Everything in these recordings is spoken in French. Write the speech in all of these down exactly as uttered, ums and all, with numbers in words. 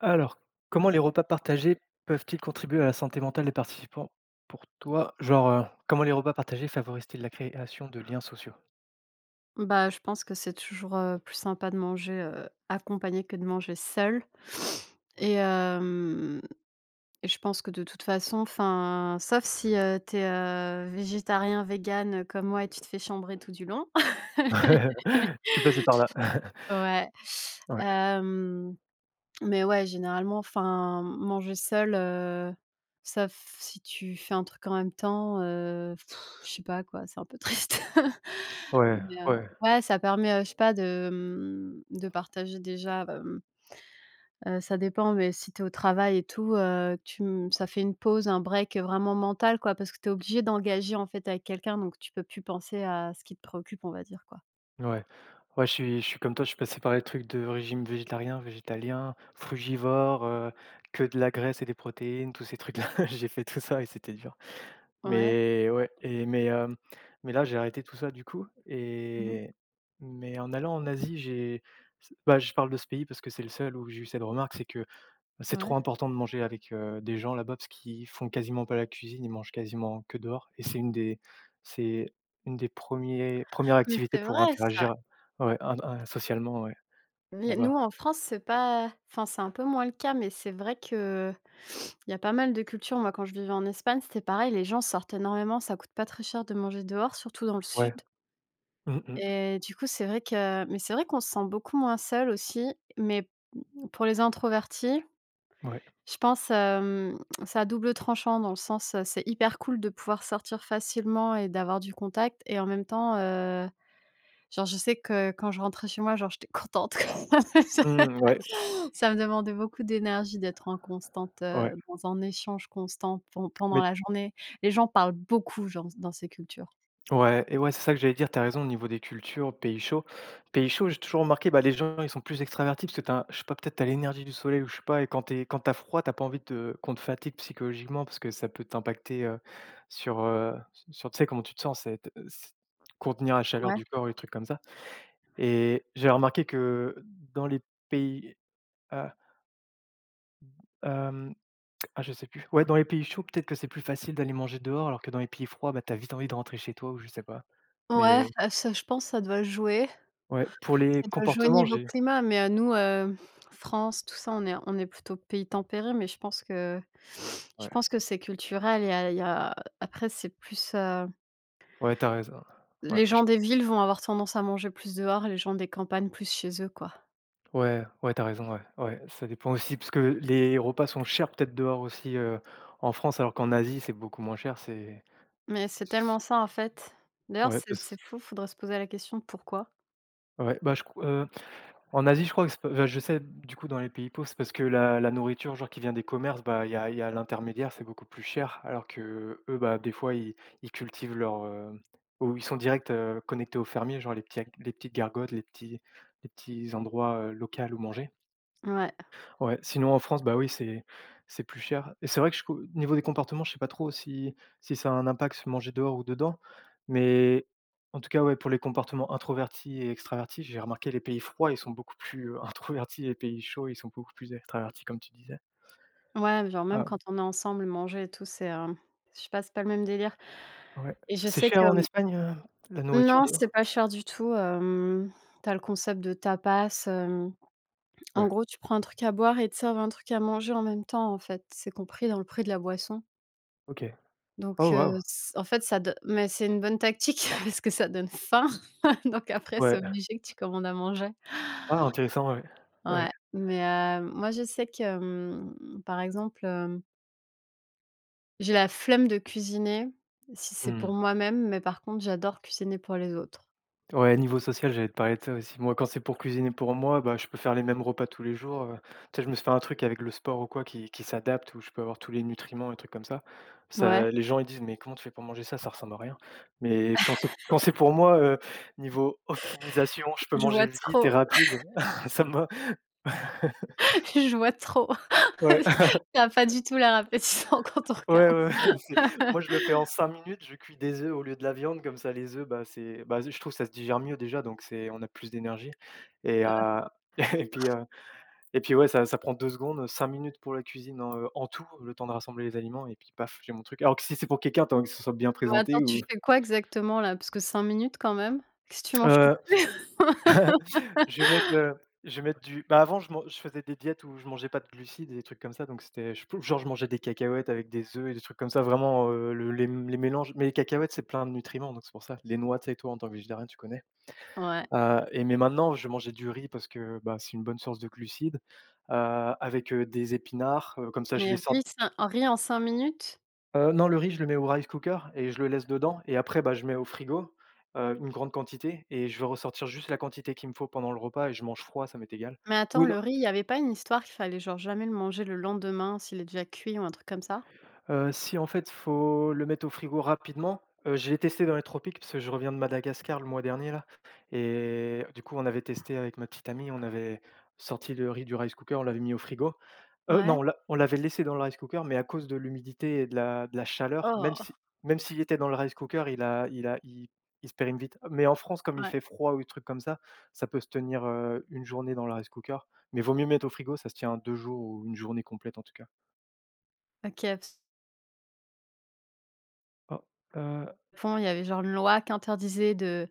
Alors, comment les repas partagés peuvent-ils contribuer à la santé mentale des participants pour toi? Genre, heu, comment les repas partagés favorisent-ils la création de liens sociaux? Bah, je pense que c'est toujours, heu, plus sympa de manger, heu, accompagné que de manger seul et Ouais. hem et je pense que de toute façon, enfin, sauf si, heu, tu es, végétarien, vegan, comme moi et tu te fais chambrer tout du long. Je suis passé par là. Ouais, Ouais, hem, mais ouais, généralement, enfin, manger seul, heu, sauf si tu fais un truc en même temps, heu, je sais pas quoi, c'est un peu triste. ouais, Mais, heu, ouais, ouais, ça permet, heu, je sais pas de, mmh, de partager déjà, hem, heu, ça dépend, mais si tu es au travail et tout, heu, tu m ça fait une pause, un break, heu, vraiment mental, quoi, parce que tu es obligé d'engager, en fait, avec quelqu'un, donc tu peux plus penser à ce qui te préoccupe, on va dire, quoi. ouais. Ouais, je suis je suis comme toi, je suis passé par les trucs de régime végétarien, végétalien, frugivore, heu, que de la graisse et des protéines, tous ces trucs-là. J'ai fait tout ça et c'était dur. Ouais. Mais ouais et mais hem, mais là, j'ai arrêté tout ça du coup Mmh mh. et mais en allant en Asie, j'ai c bah, je parle de ce pays parce que c'est le seul où j'ai eu cette remarque, c'est que c'est Ouais. trop important de manger avec, heu, des gens là-bas parce qu'ils font quasiment pas la cuisine, ils mangent quasiment que dehors et c'est une des c'est une des premiers premières Mais activités c'est pour vrai ça. interagir ouais, in in socialement, ouais, Mais là-bas. nous, en France, c'est pas enfin, c'est un peu moins le cas, mais c'est vrai qu'il y a pas mal de cultures. Moi, quand je vivais en Espagne, c'était pareil, les gens sortent énormément, ça coûte pas très cher de manger dehors, surtout dans le sud. Ouais. Mmh mh. Et du coup, c'est vrai que mais c'est vrai qu'on se sent beaucoup moins seul aussi, mais pour les introvertis, Ouais. je pense, hem, c'est à double tranchant dans le sens, heu, c'est hyper cool de pouvoir sortir facilement et d'avoir du contact et en même temps, heu, genre, je sais que quand je rentrais chez moi, genre, j'étais contente quoi. Ça Mmh, ouais, me demandait beaucoup d'énergie d'être en constante, ouais. heu, dans un échange constant pen pendant Mais la journée. Les gens parlent beaucoup, genre, dans ces cultures. ouais et ouais, c'est ça que j'allais dire, t'as raison au niveau des cultures, pays chauds. Pays chauds, j'ai toujours remarqué, bah, les gens, ils sont plus extravertis parce que t'as je sais pas, peut-être t'as l'énergie du soleil ou je sais pas et quand t'es quand t'as froid, t'as pas envie de qu'on te fatigue psychologiquement parce que ça peut t'impacter, heu, sur, heu, sur tu sais, comment tu te sens, c'est t contenir la chaleur Ouais. du corps et des trucs comme ça et j'ai remarqué que dans les pays, heu, hem, ah, je sais plus. Ouais, dans les pays chauds, peut-être que c'est plus facile d'aller manger dehors alors que dans les pays froids, bah, t'as vite envie de rentrer chez toi ou je sais pas Ouais, mais heu, ça je pense que ça doit jouer. ouais, pour les Ça doit jouer au comportements, niveau j'ai climat, mais, à nous, heu, France, tout ça, on est on est plutôt pays tempéré, mais je pense que je ouais, pense que c'est culturel. Il y a il y a après, c'est plus, heu, ouais, tu as raison. Ouais, les je gens des villes vont avoir tendance à manger plus dehors les gens des campagnes plus chez eux, quoi. ouais, ouais, tu as raison, ouais, ouais, ça dépend aussi parce que les repas sont chers peut-être dehors aussi, heu, en France alors qu'en Asie, c'est beaucoup moins cher, c'est Mais c'est c tellement ça, en fait. D'ailleurs, ouais c'est c'est parce fou, faudrait se poser la question de pourquoi? ouais, bah, je co heu en Asie, je crois que c'est p enfin, je sais du coup dans les pays pauvres, c'est parce que la la nourriture genre qui vient des commerces, bah, il y a il y a l'intermédiaire, c'est beaucoup plus cher. Alors que eux, bah, des fois, ils ils cultivent leur, heu, ou ils sont direct, heu, connectés aux fermiers, genre les petits les petites gargotes, les petits les petits endroits, heu, locals où manger. Ouais, Ouais, sinon en France, bah oui, c'est c'est plus cher et c'est vrai que je co niveau des comportements, je sais pas trop si si ça a un impact manger dehors ou dedans, mais en tout cas, ouais, pour les comportements introvertis et extravertis, j'ai remarqué les pays froids, ils sont beaucoup plus, heu, introvertis et les pays chauds, ils sont beaucoup plus extravertis comme tu disais. ouais, genre même Ah quand on est ensemble, manger et tout, c'est, hem, je sais pas, c'est pas le même délire ouais. et je C'est sais que, cher en hem Espagne, heu, la nourriture non, c'est dehors? pas cher du tout, hem, tu le concept de tapas. En Ouais, gros, tu prends un truc à boire et te servent un truc à manger en même temps, en fait. C'est compris dans le prix de la boisson. OK. Donc, Oh heu, waouh! c en fait, ça do mais c'est une bonne tactique parce que ça donne faim. Donc après, c'est Ouais. obligé que tu commandes à manger. Ah intéressant, ouais. Ouais. Ouais, mais, heu, moi, je sais que, hem, par exemple, hem, j'ai la flemme de cuisiner si c'est pour Mmh. moi-même, mais par contre, j'adore cuisiner pour les autres. Ouais, niveau social, j'allais te parler de ça aussi. Moi, quand c'est pour cuisiner pour moi, bah, je peux faire les mêmes repas tous les jours. euh. Tu sais, je me suis fait un truc avec le sport ou quoi qui, qui s'adapte, où je peux avoir tous les nutriments et trucs comme ça. Ouais, ça. Les gens, ils disent, mais comment tu fais pour manger ça? Ça ressemble à rien. Mais quand c'est, quand c'est pour moi, euh, niveau optimisation, je peux je manger vois vite et trop, rapide. Ça me... je vois trop. Ouais, Ça a pas du tout l'air appétissant quand on ouais, regarde. ouais. c'est- Moi, je le fais en cinq minutes. Je cuis des œufs au lieu de la viande. Comme ça, les œufs, bah, c'est... Bah, je trouve que ça se digère mieux déjà, donc c'est... on a plus d'énergie. Et, euh, et puis... euh, Et puis ouais, ça ça prend deux secondes, cinq minutes pour la cuisine en, heu, en tout, le temps de rassembler les aliments et puis paf, j'ai mon truc. Alors que si c'est pour quelqu'un, tant que ce soit bien Mais attends, présenté tu ou fais quoi exactement là? Parce que cinq minutes quand même? Qu'est-ce que tu manges tout heu, cru? je vais mettre, heu, je vais mettre du bah, avant je man je faisais des diètes où je mangeais pas de glucides et des trucs comme ça, donc c'était je genre je mangeais des cacahuètes avec des œufs et des trucs comme ça, vraiment, heu, le les les mélanges. Mais les cacahuètes, c'est plein de nutriments, donc c'est pour ça. Les noix, tu sais, toi, en tant que végétarien, tu connais? Ouais, Heu et mais maintenant, je mangeais du riz parce que, bah, c'est une bonne source de glucides, heu, avec, heu, des épinards, heu, comme ça je mais les sors. riz cin un riz en cinq minutes? Heu, non, le riz, je le mets au rice cooker et je le laisse dedans et après, bah, je mets au frigo, heu, une grande quantité et je vais ressortir juste la quantité qu'il me faut pendant le repas et je mange froid, ça m'est égal. Mais attends, Ou le riz, il y avait pas une histoire qu'il fallait genre jamais le manger le lendemain s'il est déjà cuit ou un truc comme ça? Heu, si en fait, faut le mettre au frigo rapidement, heu, je l'ai testé dans les tropiques parce que je reviens de Madagascar le mois dernier là et du coup, on avait testé avec ma petite amie, on avait sorti le riz du rice cooker, on l'avait mis au frigo. Heu, Ouais? non, on l'a on l'avait laissé dans le rice cooker, mais à cause de l'humidité et de la de la chaleur, même Oh! si même s'il était dans le rice cooker, il a il a il il se périme vite. Mais en France, comme il Ouais, fait froid ou des trucs comme ça, ça peut se tenir, heu, une journée dans le rice cooker, mais vaut mieux mettre au frigo, ça se tient deux jours ou une journée complète en tout cas. OK. Oh, Japon, il y avait genre une loi qui interdisait de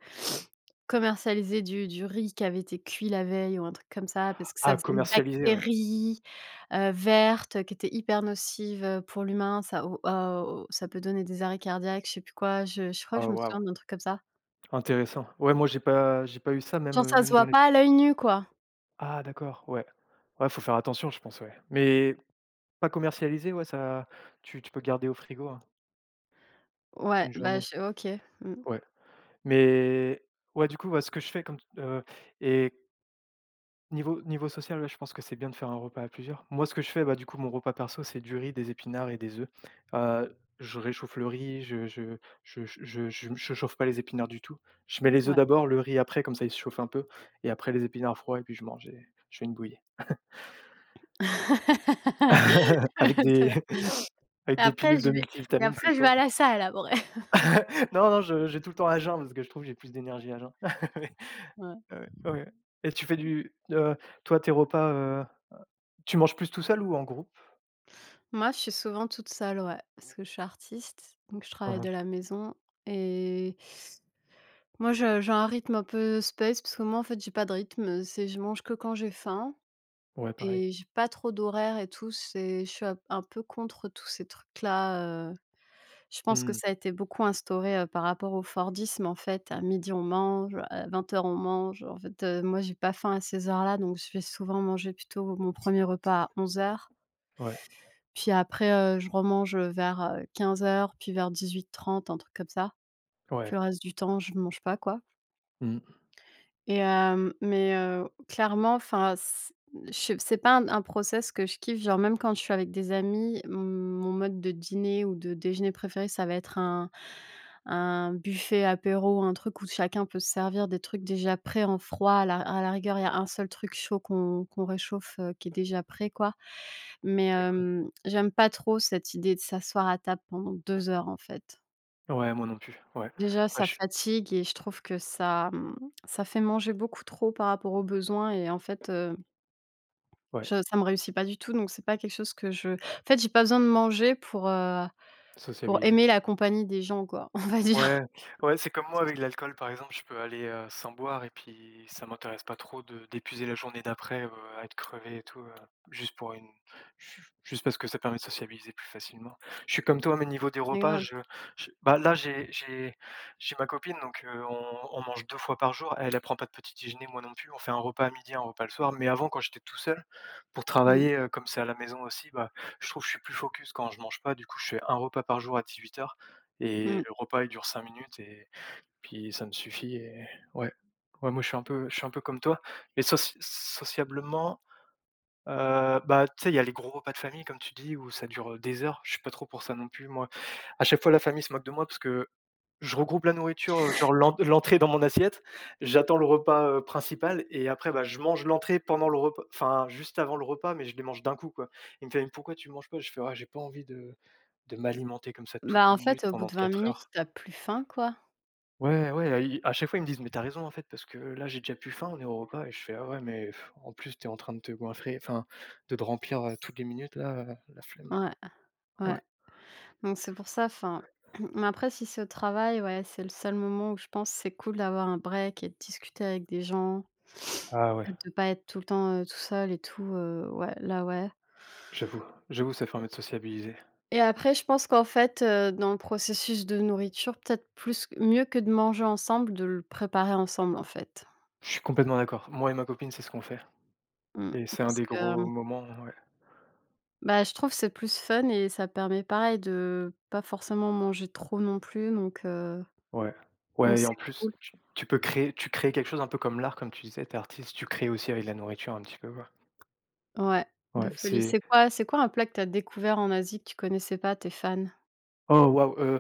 commercialiser du du riz qui avait été cuit la veille ou un truc comme ça, parce que ça ah faisait une commercialisé, ouais. bactérie, heu, verte qui était hyper nocive, heu, pour l'humain. Ça au a au Ça peut donner des arrêts cardiaques, je sais plus quoi, je je crois que Ah je me waouh, souviens d'un truc comme ça. intéressant. Ouais, moi j'ai pas j'ai pas eu ça même, Genre heu, ça se même dans voit les pas à l'œil nu, quoi. ah d'accord, ouais. Ouais, faut faire attention je pense, ouais. Mais pas commercialisé, ouais, ça tu tu peux garder au frigo, hein, Ouais, une bah, journée. je OK. Mmh, Ouais. Mais ouais, du coup, ouais, ce que je fais comme t et niveau niveau social, ouais, je pense que c'est bien de faire un repas à plusieurs. Moi, ce que je fais, bah, du coup, mon repas perso, c'est du riz, des épinards et des œufs. Heu, je réchauffe le riz, je je je je je je je chauffe pas les épinards du tout. Je mets les œufs ouais. d'abord, le riz après, comme ça, il se chauffe un peu et après les épinards froids et puis je mange et je fais une bouillie. Avec des avec Et des Après pilules je de vais et multivitamines après s'il je vais faut. à la salle après. Non, non, je j'ai tout le temps à jeun parce que je trouve que j'ai plus d'énergie à jeun. Ouais. Ouais, ouais, ouais et tu fais du heu, toi, tes repas, heu, tu manges plus tout seul ou en groupe? Moi, je suis souvent toute seule, ouais, parce que je suis artiste, donc je travaille de Mmh. la maison et moi, je j'ai un rythme un peu space parce que moi, en fait, j'ai pas de rythme, c'est je mange que quand j'ai faim Ouais, pareil. et j'ai pas trop d'horaire et tout, c'est je suis un un peu contre tous ces trucs-là, heu, je pense que Mmh. ça a été beaucoup instauré, heu, par rapport au Fordisme, en fait. À midi, on mange, à vingt heures, on mange. En fait, heu, moi, j'ai pas faim à ces heures-là, donc je vais souvent manger plutôt mon premier repas à onze heures. Ouais, Puis après, heu, je remange, heu, vers, heu, quinze heures, puis vers dix-huit heures trente, un truc comme ça. Puis ouais. le reste du temps, je mange pas, quoi. Mmh. Et hem, mais heu, clairement, enfin, c je c'est pas un un process que je kiffe, genre même quand je suis avec des amis, mon mode de dîner ou de déjeuner préféré, ça va être un un buffet apéro, un truc où chacun peut se servir des trucs déjà prêts en froid. À la à la rigueur, il y a un seul truc chaud qu'on qu'on réchauffe, heu, qui est déjà prêt, quoi. Mais C'est cool. hem, j'aime pas trop cette idée de s'asseoir à table pendant deux heures, en fait. Ouais, moi non plus. Ouais. Déjà, Ouais, ça je suis fatigue et je trouve que ça, mmh, ça fait manger beaucoup trop par rapport aux besoins et en fait, heu, ouais, je ça me réussit pas du tout, donc c'est pas quelque chose que je en fait, j'ai pas besoin de manger pour, heu, pour sociabiliser. aimer la compagnie des gens, quoi, on va dire. Ouais, ouais, c'est comme moi avec l'alcool, par exemple, je peux aller, heu, sans boire et puis ça m'intéresse pas trop de d'épuiser la journée d'après, heu, à être crevé et tout, heu, juste pour une ju juste parce que ça permet de sociabiliser plus facilement. Je suis comme toi, mais niveau des Mais repas, grave. je je bah, là, j'ai j'ai j'ai ma copine, donc heu, on on mange deux fois par jour. Elle, elle prend pas de petit déjeuner, moi non plus. On fait un repas à midi, un repas le soir, mais avant, quand j'étais tout seul, pour Mmh. travailler, heu, comme c'est à la maison aussi, bah, je trouve que je suis plus focus quand je mange pas. Du coup, je fais un repas par jour à dix-huit heures et Mmh. le repas, il dure cinq minutes et puis ça me suffit et ouais. Ouais, moi, je suis un peu je suis un peu comme toi mais soci sociablement, heu, bah, tu sais, il y a les gros repas de famille comme tu dis où ça dure, des heures. Je suis pas trop pour ça non plus, moi. À chaque fois, la famille se moque de moi parce que je regroupe la nourriture, heu, genre l'en l'entrée dans mon assiette, j'attends le repas, heu, principal et après, bah, je mange l'entrée pendant le repas enfin, juste avant le repas, mais je les mange d'un coup, quoi. Il me fait: «Mais pourquoi tu manges pas?» Je fais: «Ouais, j'ai pas envie de de m'alimenter comme ça toutes Bah, en les fait, minutes au bout pendant de vingt quatre minutes, heures». t'as plus faim, quoi. Ouais, ouais, i à chaque fois, ils me disent: «Mais t'as raison, en fait, parce que là, j'ai déjà plus faim, on est au repas» et je fais: «Ah ouais, mais pff, en plus, t'es en train de te goinfrer, enfin, de te remplir, heu, toutes les minutes là, heu, la flemme». Ouais, Ouais. ouais. Donc c'est pour ça, enfin mais après si c'est au travail, ouais, c'est le seul moment où je pense que c'est cool d'avoir un break et de discuter avec des gens, Ah ouais, de de pas être tout le temps, heu, tout seul et tout, heu, ouais, là, ouais j'avoue, j'avoue, ça permet de sociabiliser. et après je pense qu'en fait, heu, dans le processus de nourriture, peut-être plus mieux que de manger ensemble, de le préparer ensemble, en fait. Je suis complètement d'accord. Moi et ma copine, c'est ce qu'on fait Mmh, et c'est un parce des que, gros hem, moments, ouais. bah, je trouve que c'est plus fun et ça permet pareil de pas forcément manger trop non plus donc heu, Ouais. donc Ouais et en c'est plus, cool. tu tu peux créer tu crées quelque chose un peu comme l'art, comme tu disais, tu artiste, tu crées aussi avec la nourriture un petit peu, quoi. Ouais, de Ouais, folie. c'est C'est quoi c'est quoi un plat que tu as découvert en Asie que tu connaissais pas? Tu es fan? oh waouh, euh,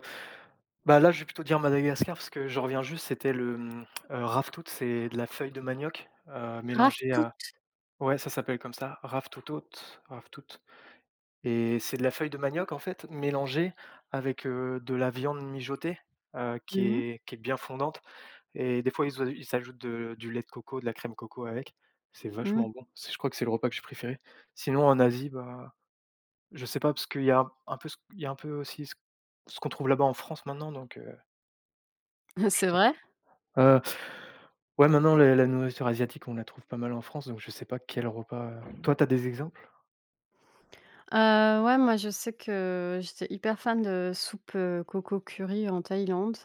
bah, là, je vais plutôt dire Madagascar parce que je reviens juste, c'était le, mmh, heu, raftout, c'est de la feuille de manioc, heu, Grave, mélangée à toutes. ouais, ça s'appelle comme ça, raftutot, raftout et c'est de la feuille de manioc, en fait, mélangée avec, heu, de la viande mijotée, heu, qui Mmh mh. est qui est bien fondante et des fois, ils au ils ajoutent de du lait de coco, de la crème coco avec. C'est vachement bon. C'est je crois que c'est le repas que j'ai préféré. Sinon, en Asie, bah, je sais pas parce qu'il y a un peu ce il y a un peu aussi ce ce qu'on trouve là-bas en France maintenant, donc heu, je C'est sais pas. vrai? Ouais, maintenant la la nourriture asiatique, on la trouve pas mal en France, donc je sais pas quel repas, heu toi, t'as des exemples? Heu, ouais, moi je sais que j'étais hyper fan de soupe, heu, coco curry en Thaïlande.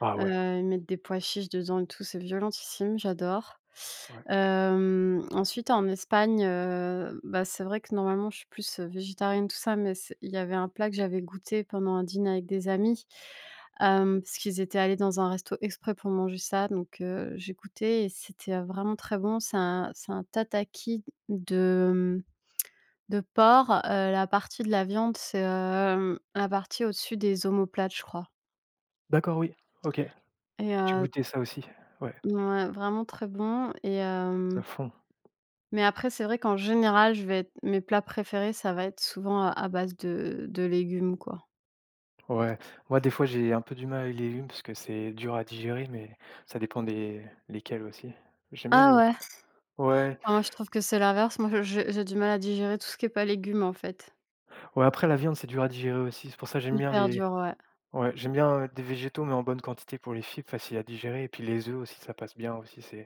Ah ouais, Heu, ils mettent des pois chiches dedans et tout, c'est violentissime, j'adore. ouais. Hem, ensuite en Espagne, heu, bah, c'est vrai que normalement je suis plus, heu, végétarienne tout ça, mais c'est il y avait un plat que j'avais goûté pendant un dîner avec des amis, hem, parce qu'ils étaient allés dans un resto exprès pour manger ça, donc heu, j'ai goûté et c'était, heu, vraiment très bon. C'est un c'est un tataki de, mmh, de porc, heu, la partie de la viande, c'est, hem, la partie au-dessus des omoplates, je crois D'accord, oui, OK. et J'ai heu goûté ça aussi. Ouais, Ouais, vraiment très bon et à hem, fond. mais après c'est vrai qu'en général, je vais être mes plats préférés, ça va être souvent à à base de de légumes, quoi. Ouais. Moi, des fois, j'ai un peu du mal avec les légumes parce que c'est dur à digérer, mais ça dépend des lesquels aussi. J'aime bien Ah les ouais? ouais, Ah moi, je trouve que c'est l'inverse. Moi, je j'ai j'ai du mal à digérer tout ce qui est pas légumes, en fait. ouais, après la viande, c'est dur à digérer aussi. C'est pour ça que j'aime bien Hyper les dur, ouais. ouais, j'aime bien, heu, des végétaux, mais en bonne quantité pour les fibres, facile à digérer et puis les œufs aussi, ça passe bien aussi, c'est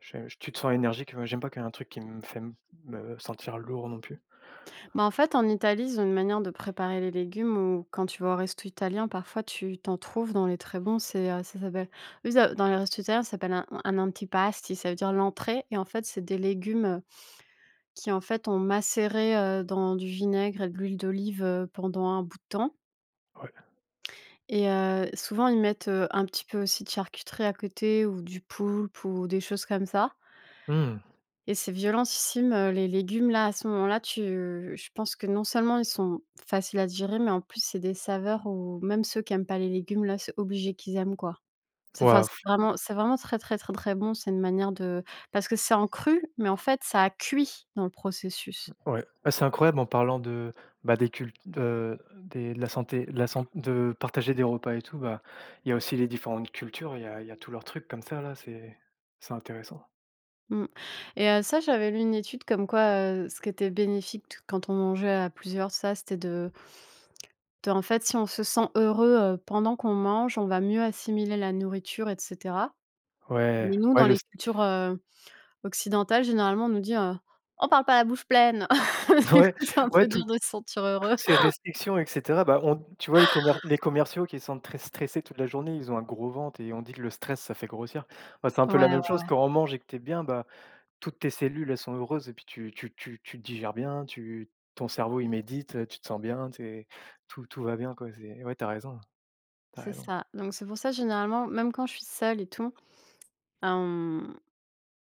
je je- tu te sens énergique, moi, j'aime pas qu'il y ait un truc qui me fait m- me sentir lourd non plus. Bah, en fait, en Italie, ils ont une manière de préparer les légumes où quand tu vas au resto italien, parfois tu t'en trouves dans les très bons, c'est, heu, ça s'appelle eux, ils dans les restos italiens, ça s'appelle un un antipasti, ça veut dire l'entrée et en fait, c'est des légumes, qui en fait ont macéré, heu, dans du vinaigre et de l'huile d'olive, heu, pendant un bout de temps Ouais. et heu, souvent ils mettent, heu, un petit peu aussi de charcuterie à côté ou du poulpe ou des choses comme ça Mmh. et c'est violentissime, heu, les légumes là, à ce moment-là, tu je pense que non seulement ils sont faciles à digérer, mais en plus c'est des saveurs où même ceux qui aiment pas les légumes là, c'est obligé qu'ils aiment quoi. C'est enfin, Waouh, c'est f vraiment c'est vraiment très, très, très, très bon. C'est une manière de parce que c'est en cru, mais en fait ça a cuit dans le processus. ouais. Ah, c'est incroyable en parlant de, bah, des cultes, heu, des de la santé de la san de partager des repas et tout, bah, il y a aussi les différentes cultures, il y a il y a tous leurs trucs comme ça là, c'est c'est intéressant. Mmh et heu, ça, j'avais lu une étude comme quoi, heu, ce qui était bénéfique t quand on mangeait à plusieurs, ça, c'était de de en fait, si on se sent heureux, heu, pendant qu'on mange, on va mieux assimiler la nourriture et cetera. Ouais, Mais nous, ouais, dans le les cultures, heu, occidentales, généralement, on nous dit, heu: «On parle pas la bouche pleine!» Du coup, ouais, c'est un ouais, peu dur toutes de se sentir heureux. toutes ces restrictions et cetera, bah, on tu vois les commer les commerciaux qui sont très stressés toute la journée, ils ont un gros ventre et on dit que le stress ça fait grossir. Bah, c'est un Ouais, peu la ouais, même chose ouais, quand on mange et que t'es bien, bah toutes tes cellules, elles sont heureuses et puis tu tu tu tu digères bien, tu ton cerveau il médite, heu, tu te sens bien, tu tout tout va bien quoi, c'est ouais, t'as raison, t'as c'est raison. ça. Donc c'est pour ça, généralement, même quand je suis seule et tout, hem,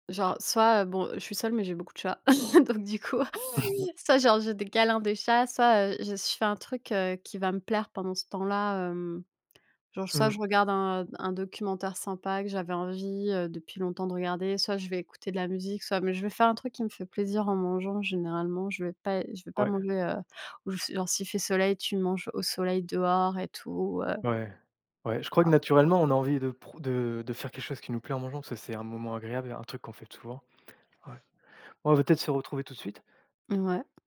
genre soit, heu, bon, je suis seule, mais j'ai beaucoup de chats, donc du coup soit genre j'ai des câlins de chat soit, heu, je je fais un truc, heu, qui va me plaire pendant ce temps-là, hem, genre soit je Mmh. regarde un un documentaire sympa que j'avais envie, heu, depuis longtemps de regarder, soit je vais écouter de la musique, soit mais je vais faire un truc qui me fait plaisir en mangeant généralement. Je vais pas je vais pas Ouais, manger, heu, ou genre s'il fait soleil, tu manges au soleil dehors et tout, heu, ouais, ouais, je crois que naturellement, on a envie de pro de de faire quelque chose qui nous plaît en mangeant, parce que c'est un moment agréable, un truc qu'on fait souvent. Ouais. On va peut-être se retrouver tout de suite. ouais.